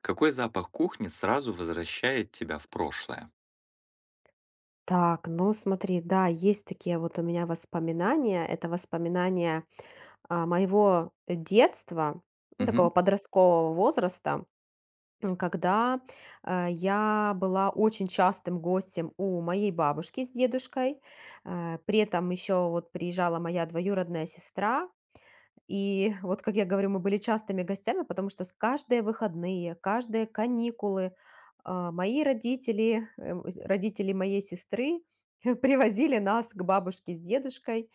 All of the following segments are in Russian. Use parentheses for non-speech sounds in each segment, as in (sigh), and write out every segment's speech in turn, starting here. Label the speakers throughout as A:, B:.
A: Какой запах кухни сразу возвращает тебя в прошлое?
B: Так, ну смотри, да, есть такие вот у меня воспоминания. Это воспоминания, моего детства, ну,
A: Мгм,
B: такого подросткового возраста, когда, я была очень частым гостем у моей бабушки с дедушкой. При этом еще вот приезжала моя двоюродная сестра. И вот, как я говорю, мы были частыми гостями, потому что с каждые выходные, каждые каникулы мои родители, родители моей сестры (laughs) привозили нас к бабушке с дедушкой.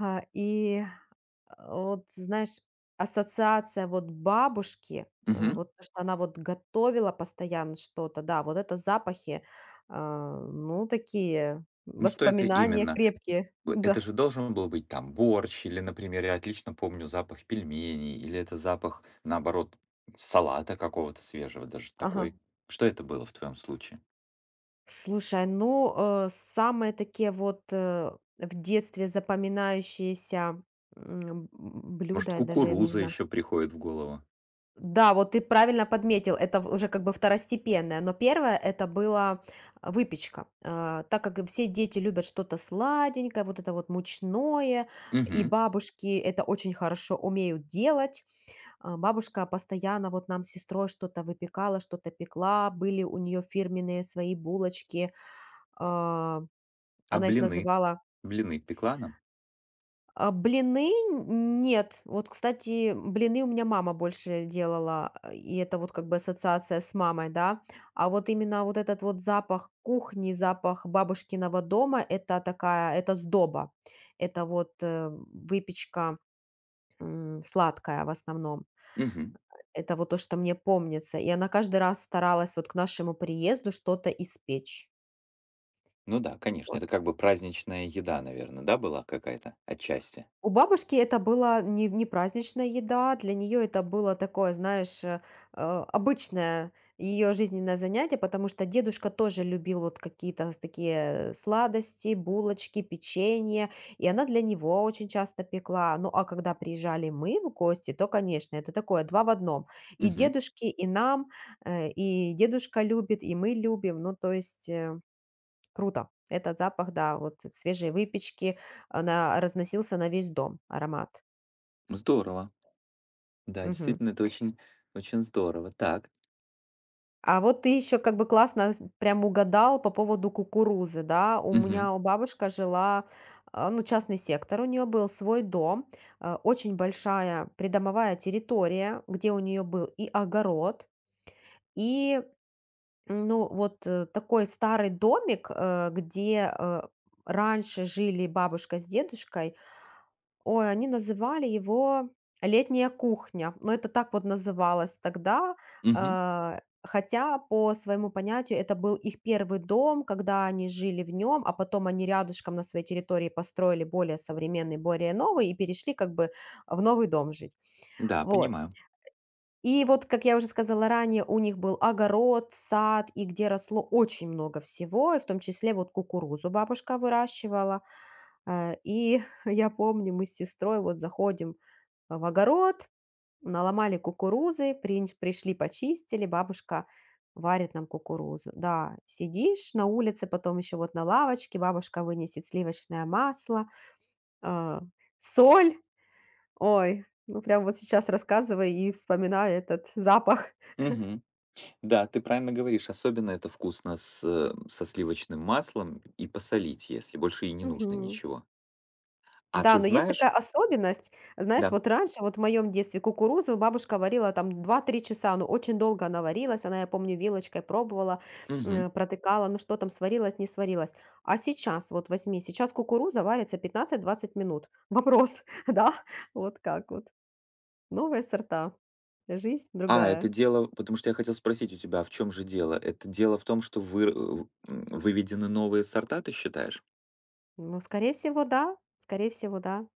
B: А, И вот, знаешь, ассоциация вот бабушки,
A: мгм.
B: вот то, что она вот готовила постоянно что-то, да, вот это запахи, ну, такие
A: Ну что это
B: воспоминания
A: именно?
B: крепкие, (laughs)
A: Это
B: да,
A: же должен был быть там борщ, или, например, я отлично помню запах пельменей, или это запах, наоборот, салата какого-то свежего, даже
B: ага.
A: такой. Что это было в твоем случае?
B: Слушай, ну, самые такие вот в детстве запоминающиеся
A: Может,
B: блюда, я даже не
A: кукуруза
B: знаю.
A: еще приходит в голову?
B: Да, вот ты правильно подметил, это уже как бы второстепенное, но первое это была выпечка. Так как все дети любят что-то сладенькое, вот это вот мучное, и
A: Мгм.
B: бабушки это очень хорошо умеют делать. Бабушка постоянно вот нам с сестрой что-то выпекала, что-то пекла, были у нее фирменные свои булочки, А,
A: А
B: она их
A: блины?
B: называла.
A: Блины пекла нам?
B: А блины, н нет. Вот, кстати, блины у меня мама больше делала, и это вот как бы ассоциация с мамой, да. А вот именно вот этот вот запах кухни, запах бабушкиного дома — это такая это сдоба. Это вот, выпечка, сладкая в основном.
A: Мгм.
B: Это вот то, что мне помнится. И она каждый раз старалась вот к нашему приезду что-то испечь.
A: Ну да, конечно,
B: Вот.
A: это как бы праздничная еда, наверное, да, была какая-то отчасти?
B: У бабушки это была не праздничная еда, для нее это было такое, знаешь, э, обычное ее жизненное занятие, потому что дедушка тоже любил вот какие-то с такие сладости, булочки, печенье, и она для него очень часто пекла. Ну, а когда приезжали мы в гости, то, конечно, это такое 2 в одном. И
A: Мгм.
B: дедушке, и нам, и дедушка любит, и мы любим. Ну, то есть, круто. Этот запах, да, вот свежей выпечки, она разносился на весь дом, аромат.
A: Здорово. Да,
B: Мгм.
A: действительно, это очень здорово. Так.
B: А вот ты еще как бы классно прям угадал по поводу кукурузы, да. У
A: Мгм.
B: меня у бабушка жила, ну, частный сектор, у нее был свой дом, очень большая придомовая территория, где у нее был и огород, и, ну, вот такой старый домик, где раньше жили бабушка с дедушкой. Ой, они называли его «Летняя кухня», но это так вот называлось тогда.
A: Мгм.
B: Хотя, по своему понятию, это был их первый дом, когда они жили в нем, а потом они рядышком на своей территории построили более современный, более новый и перешли как бы в новый дом жить.
A: Да,
B: Вот.
A: понимаю.
B: И вот, как я уже сказала ранее, у них был огород, сад, и где росло очень много всего, и в том числе вот кукурузу бабушка выращивала. И (laughs) я помню, мы с сестрой вот заходим в огород, наломали кукурузы, пришли, почистили, бабушка варит нам кукурузу. Да, сидишь на улице, потом еще вот на лавочке, бабушка вынесет сливочное масло, а, соль. Ой, ну прям вот сейчас рассказывай и вспоминаю этот запах.
A: Мгм. Да, ты правильно говоришь. Особенно это вкусно с, со сливочным маслом и посолить, если больше и не нужно
B: Мгм.
A: ничего. А
B: Да,
A: ты
B: но есть
A: знаешь.
B: такая особенность. Знаешь,
A: Да.
B: вот раньше, вот в моем детстве, кукурузу бабушка варила там 2-3 часа, ну, очень долго она варилась, она, я помню, вилочкой пробовала,
A: Мгм.
B: протыкала, ну, что там, сварилась, не сварилась. А сейчас, вот возьми, сейчас кукуруза варится 15-20 минут. Вопрос, (laughs) да? Вот как вот. Новые сорта, жизнь
A: А,
B: другая.
A: это дело, потому что я хотел спросить у тебя, а в чем же дело? Это дело в том, что вы выведены новые сорта, ты считаешь?
B: Ну, скорее всего, да, скорее всего, да.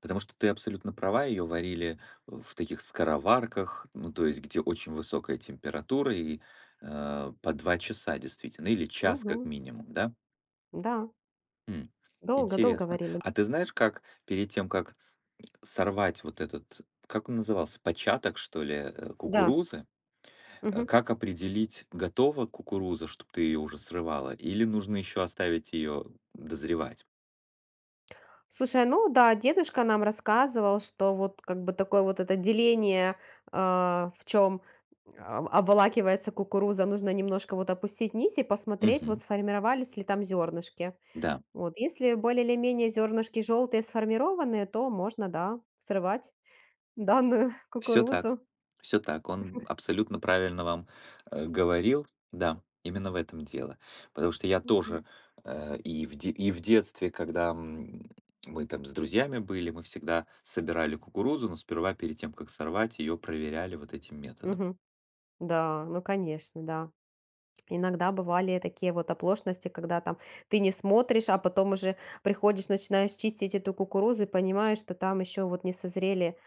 A: Потому что ты абсолютно права, ее варили в таких скороварках, ну, то есть где очень высокая температура и по два часа действительно, или час как
B: Мгм.
A: минимум, да?
B: Да,
A: М,
B: долго-долго
A: Интересно.
B: варили.
A: А ты знаешь, как перед тем, как сорвать вот этот, как он назывался, початок, что ли,
B: Да.
A: кукурузы,
B: Мгм.
A: как определить, готова кукуруза, чтобы ты ее уже срывала, или нужно еще оставить ее дозревать?
B: Слушай, ну да, дедушка нам рассказывал, что вот как бы такое вот это деление, в чем обволакивается кукуруза, нужно немножко вот опустить низ и посмотреть, вот
A: Мгм.
B: сформировались ли там зернышки.
A: Да.
B: Вот, если более или менее зернышки желтые сформированные, то можно, да, срывать данную (laughs)
A: Все так,
B: кукурузу.
A: все так. Он абсолютно правильно вам, говорил. Да, именно в этом дело. Потому что я
B: Мгм.
A: тоже, и в детстве, когда, мы там с друзьями были, мы всегда собирали кукурузу, но сперва перед тем, как сорвать, ее, проверяли вот этим методом.
B: Мгм. Да, ну конечно, да. Иногда бывали такие вот оплошности, когда там ты не смотришь, а потом уже приходишь, начинаешь чистить эту кукурузу и понимаешь, что там еще вот не созрели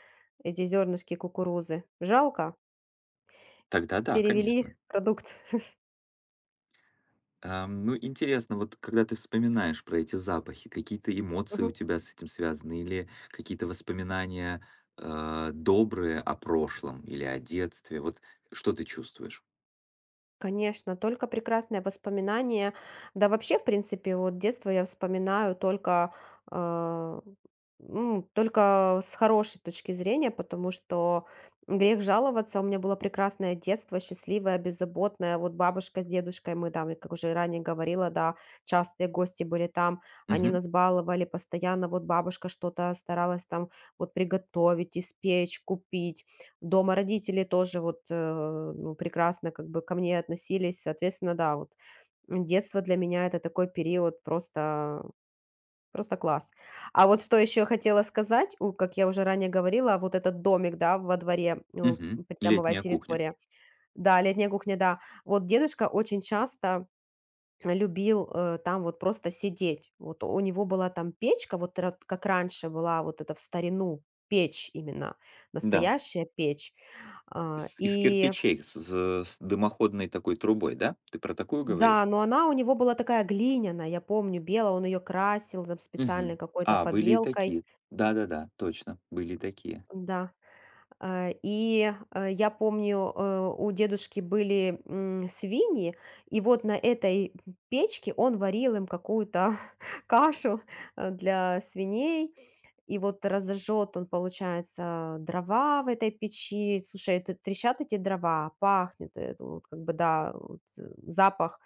B: эти зернышки кукурузы. Жалко,
A: Тогда да,
B: перевели
A: конечно.
B: продукт.
A: Ну, интересно, вот когда ты вспоминаешь про эти запахи, какие-то эмоции у
B: (laughs)
A: тебя с этим связаны или какие-то воспоминания, добрые о прошлом или о детстве? Вот что ты чувствуешь?
B: Конечно, только прекрасные воспоминания. Да вообще, в принципе, вот детство я вспоминаю только, а, только с хорошей точки зрения, потому что грех жаловаться. У меня было прекрасное детство, счастливое, беззаботное. Вот бабушка с дедушкой, мы там, как уже ранее говорила, да, частые гости были там, они
A: Мгм.
B: нас баловали постоянно. Вот бабушка что-то старалась там вот приготовить, испечь, купить. Дома родители тоже вот, ну, прекрасно как бы ко мне относились. Соответственно, да, вот, детство для меня — это такой период просто класс. А вот что еще хотела сказать, как я уже ранее говорила, вот этот домик, да, во дворе, ну,
A: Мгм.
B: придомовая
A: Летняя кухня.
B: территория. Да, летняя кухня, да. Вот дедушка очень часто любил, там вот просто сидеть. Вот у него была там печка, вот как раньше была вот это в старину печь именно,
A: Да.
B: настоящая печь. А,
A: Из
B: И
A: кирпичей, с дымоходной такой трубой, да? Ты про такую
B: да,
A: говоришь?
B: но она у него была такая глиняная, я помню, белая, он ее красил там специальной
A: Мгм.
B: какой-то
A: А, были и
B: побелкой,
A: такие. Да-да-да, точно, были и такие.
B: да. И я помню, у дедушки были свиньи, и вот на этой печке он варил им какую-то (laughs) кашу для свиней. И вот разожжет он, получается, дрова в этой печи. Слушай, это трещат эти дрова, пахнет, это вот как бы, да, вот, запах,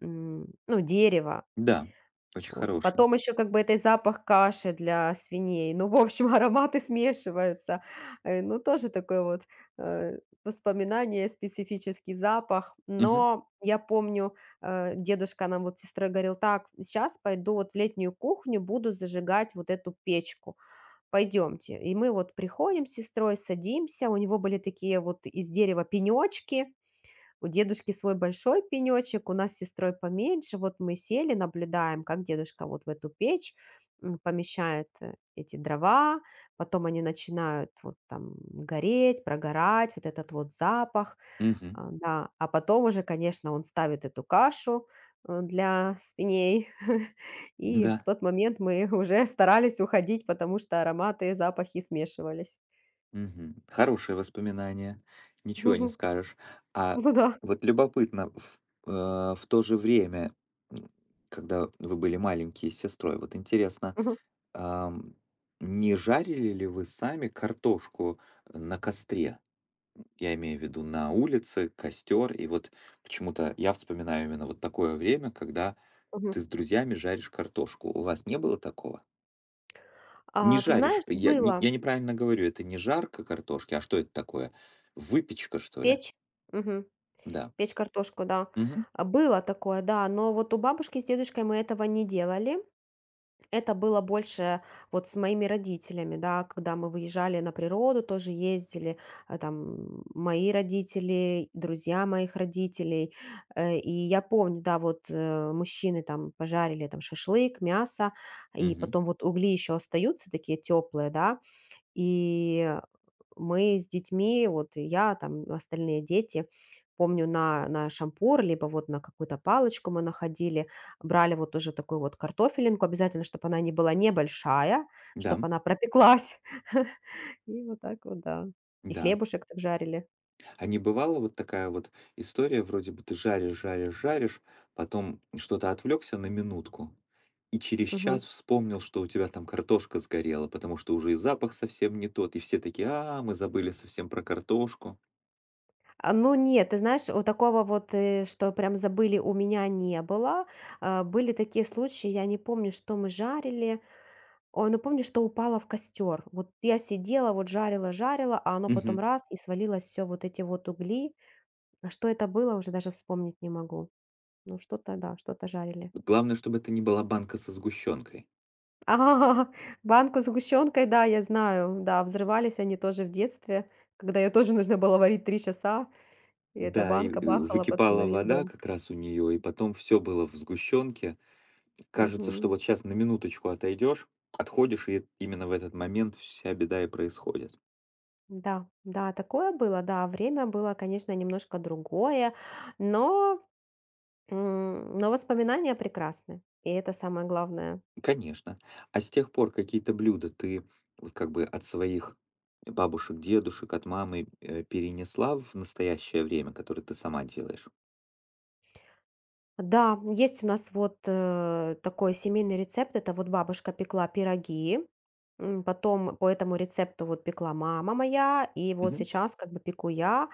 B: ну, дерева.
A: Да, очень
B: Вот.
A: хорошие.
B: Потом еще как бы это запах каши для свиней. Ну, в общем, (laughs) ароматы смешиваются. Ну, тоже такой вот э, воспоминание, специфический запах.
A: Мгм.
B: Но я помню, дедушка нам вот с сестрой говорил: так, сейчас пойду вот в летнюю кухню, буду зажигать вот эту печку, пойдемте. И мы вот приходим с сестрой, садимся, у него были такие вот из дерева пенечки, у дедушки свой большой пенечек, у нас с сестрой поменьше. Вот мы сели, наблюдаем, как дедушка вот в эту печь помещает эти дрова, потом они начинают вот там гореть, прогорать, вот этот вот запах,
A: Мгм.
B: да. А потом уже, конечно, он ставит эту кашу для свиней. (laughs) И в
A: Да.
B: тот момент мы (laughs) уже старались уходить, потому что ароматы и запахи смешивались.
A: Мгм. Хорошее воспоминание, ничего не
B: (laughs)
A: скажешь. А
B: Ну да.
A: вот любопытно, в то же время, м, когда вы были маленькие с сестрой, вот интересно,
B: Мгм.
A: ам, не жарили ли вы сами картошку на костре? Я имею в виду на улице, костер, и вот почему-то я вспоминаю именно вот такое время, когда
B: Мгм.
A: ты с друзьями жаришь картошку. У вас не было такого? Не
B: Ты
A: жаришь.
B: знаешь,
A: Я не
B: было.
A: я неправильно говорю, это не жарка картошки, а что это такое? Выпечка, что ли?
B: Печь? Мгм.
A: Да.
B: Печь картошку, да.
A: Мгм.
B: Было такое, да, но вот у бабушки с дедушкой мы этого не делали. Это было больше вот с моими родителями, да, когда мы выезжали на природу, тоже ездили, там мои родители, друзья моих родителей. И я помню, да, вот, мужчины там пожарили там шашлык, мясо, и
A: Мгм.
B: потом вот угли еще остаются такие теплые, да, и мы с детьми, вот и я, там остальные дети, помню, на шампур, либо вот на какую-то палочку мы находили, брали вот тоже такую вот картофелинку, обязательно, чтобы она не была небольшая,
A: Да.
B: чтобы она пропеклась. (laughs) И вот так вот, да. И
A: Да.
B: хлебушек так жарили.
A: А не бывала вот такая вот история, вроде бы ты жаришь, потом что-то отвлекся на минутку и через
B: Мгм.
A: час вспомнил, что у тебя там картошка сгорела, потому что уже и запах совсем не тот, и все такие: "А, мы забыли совсем про картошку".
B: Ну нет, ты знаешь, у такого вот, что прям забыли, у меня не было. Были такие случаи, я не помню, что мы жарили. Ой, ну помнишь, что упала в костер? Вот я сидела, вот жарила-жарила, а оно потом
A: Мгм.
B: раз и свалилось все вот эти вот угли. А что это было, уже даже вспомнить не могу. Ну что-то, да, что-то жарили.
A: Главное, чтобы это не была банка со сгущенкой.
B: А, (laughs) Банку с сгущенкой, да, я знаю. Да, взрывались они тоже в детстве, когда ее тоже нужно было варить 3 часа, и эта
A: Да, и,
B: банка бахала потом на
A: выкипала
B: весь
A: вода
B: дом.
A: как раз у нее, и потом все было в сгущенке. Кажется, что
B: Мгм.
A: вот сейчас на минуточку отойдешь, отходишь, и именно в этот момент вся беда и происходит.
B: Да, да, такое было, да, время было, конечно, немножко другое, но но воспоминания прекрасны, и это самое главное.
A: Конечно. А с тех пор какие-то блюда ты вот как бы от своих бабушек, дедушек, от мамы, перенесла в настоящее время, которые ты сама делаешь?
B: Да, есть у нас вот такой семейный рецепт. Это вот бабушка пекла пироги, потом по этому рецепту вот пекла мама моя, и вот
A: Мгм.
B: сейчас как бы пеку я.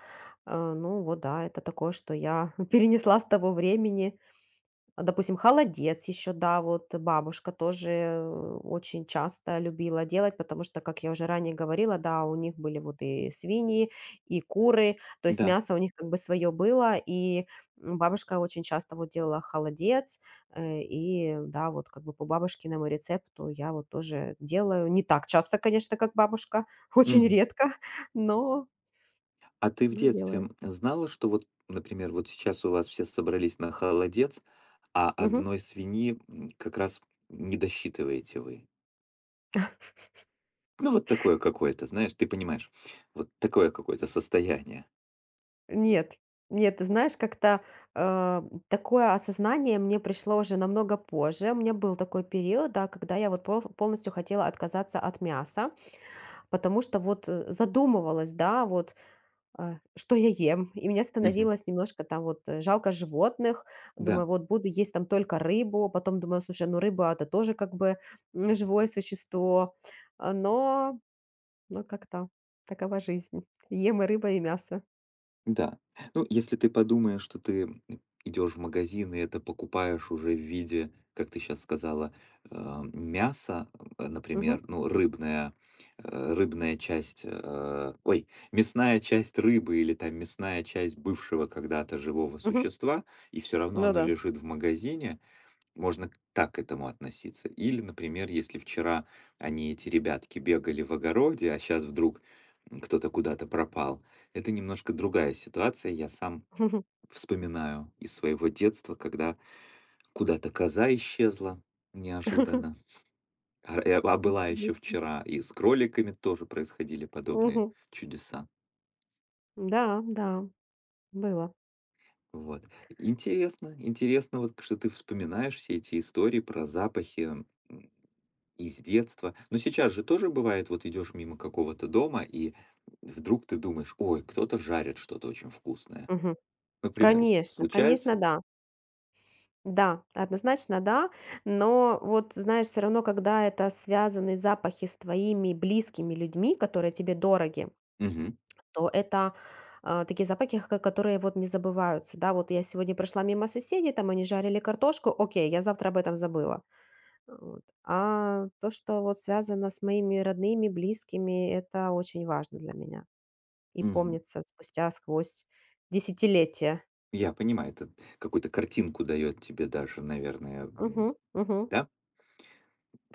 B: Ну вот да, это такое, что я (laughs) перенесла с того времени. Допустим, холодец еще, да, вот бабушка тоже, очень часто любила делать, потому что, как я уже ранее говорила, да, у них были вот и свиньи, и куры, то есть
A: Да.
B: мясо у них как бы свое было, и, бабушка очень часто вот делала холодец, и да, вот как бы по бабушкиному рецепту я вот тоже делаю. Не так часто, конечно, как бабушка, (laughs) очень
A: Мгм.
B: редко, но
A: А ты в
B: но
A: детстве,
B: делаю.
A: знала, что вот, например, вот сейчас у вас все собрались на холодец, а одной свиньи, как раз не досчитываете вы? Ну, вот такое какое-то, знаешь, ты понимаешь, вот такое какое-то состояние.
B: Нет, нет, ты знаешь, как-то, э, такое осознание мне пришло уже намного позже. У меня был такой период, да, когда я вот полностью хотела отказаться от мяса, потому что вот, задумывалась, да, вот, что я ем, и мне
A: Мгм.
B: становилось немножко там вот, жалко животных.
A: Да.
B: Думаю, вот буду есть там только рыбу, потом думаю, слушай, ну рыба — это тоже как бы, живое существо. Но как-то такова жизнь. Ем и рыба, и мясо.
A: Да. Ну, если ты подумаешь, что ты идешь в магазин и это покупаешь уже в виде, как ты сейчас сказала, мяса,
B: Мгм,
A: например, ну, рыбная, рыбная часть, э, ой, мясная часть рыбы или там мясная часть бывшего когда-то живого
B: мгм.
A: существа, и все равно
B: Ну
A: оно
B: да.
A: лежит в магазине, можно к так к этому относиться. Или, например, если вчера они, эти ребятки, бегали в огороде, а сейчас вдруг, кто-то куда-то пропал. Это немножко другая ситуация. Я сам
B: Мгм.
A: вспоминаю из своего детства, когда куда-то коза исчезла неожиданно,
B: (laughs)
A: а была еще
B: Интересно.
A: вчера. И с кроликами тоже происходили подобные
B: Мгм.
A: чудеса.
B: Да, да, было.
A: Вот. Интересно, интересно, вот, что ты вспоминаешь все эти истории про запахи из детства. Но сейчас же тоже бывает, вот идешь мимо какого-то дома, и вдруг ты думаешь, ой, кто-то жарит что-то очень вкусное.
B: Мгм.
A: Например,
B: Конечно, конечно,
A: случается?
B: да. Да, однозначно да. Но вот, знаешь, все равно, когда это связаны запахи с твоими близкими людьми, которые тебе дороги,
A: Мгм,
B: то это, такие запахи, ко которые вот не забываются. Да, вот я сегодня прошла мимо соседей, там они жарили картошку, окей, я завтра об этом забыла. Вот. А то, что вот связано с моими родными, близкими, это очень важно для меня. И
A: мгм.
B: помнится спустя сквозь десятилетия.
A: Я понимаю, это какую-то картинку дает тебе даже, наверное,
B: Мгм, мгм,
A: да?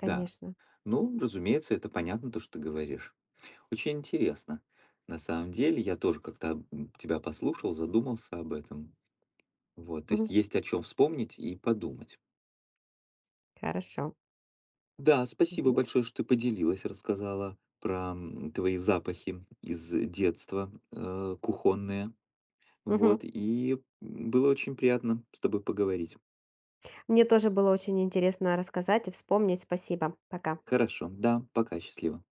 A: Да. Ну, разумеется, это понятно, то, что ты говоришь. Очень интересно. На самом деле, я тоже как-то тебя послушал, задумался об этом. Вот, то есть
B: Мгм.
A: есть о чем вспомнить и подумать.
B: Хорошо.
A: Да, спасибо
B: Мгм,
A: большое, что ты поделилась, рассказала про твои запахи из детства, кухонные.
B: мгм.
A: Вот, и было очень приятно с тобой поговорить.
B: Мне тоже было очень интересно рассказать и вспомнить. Спасибо. Пока.
A: Хорошо, да, пока, счастливо.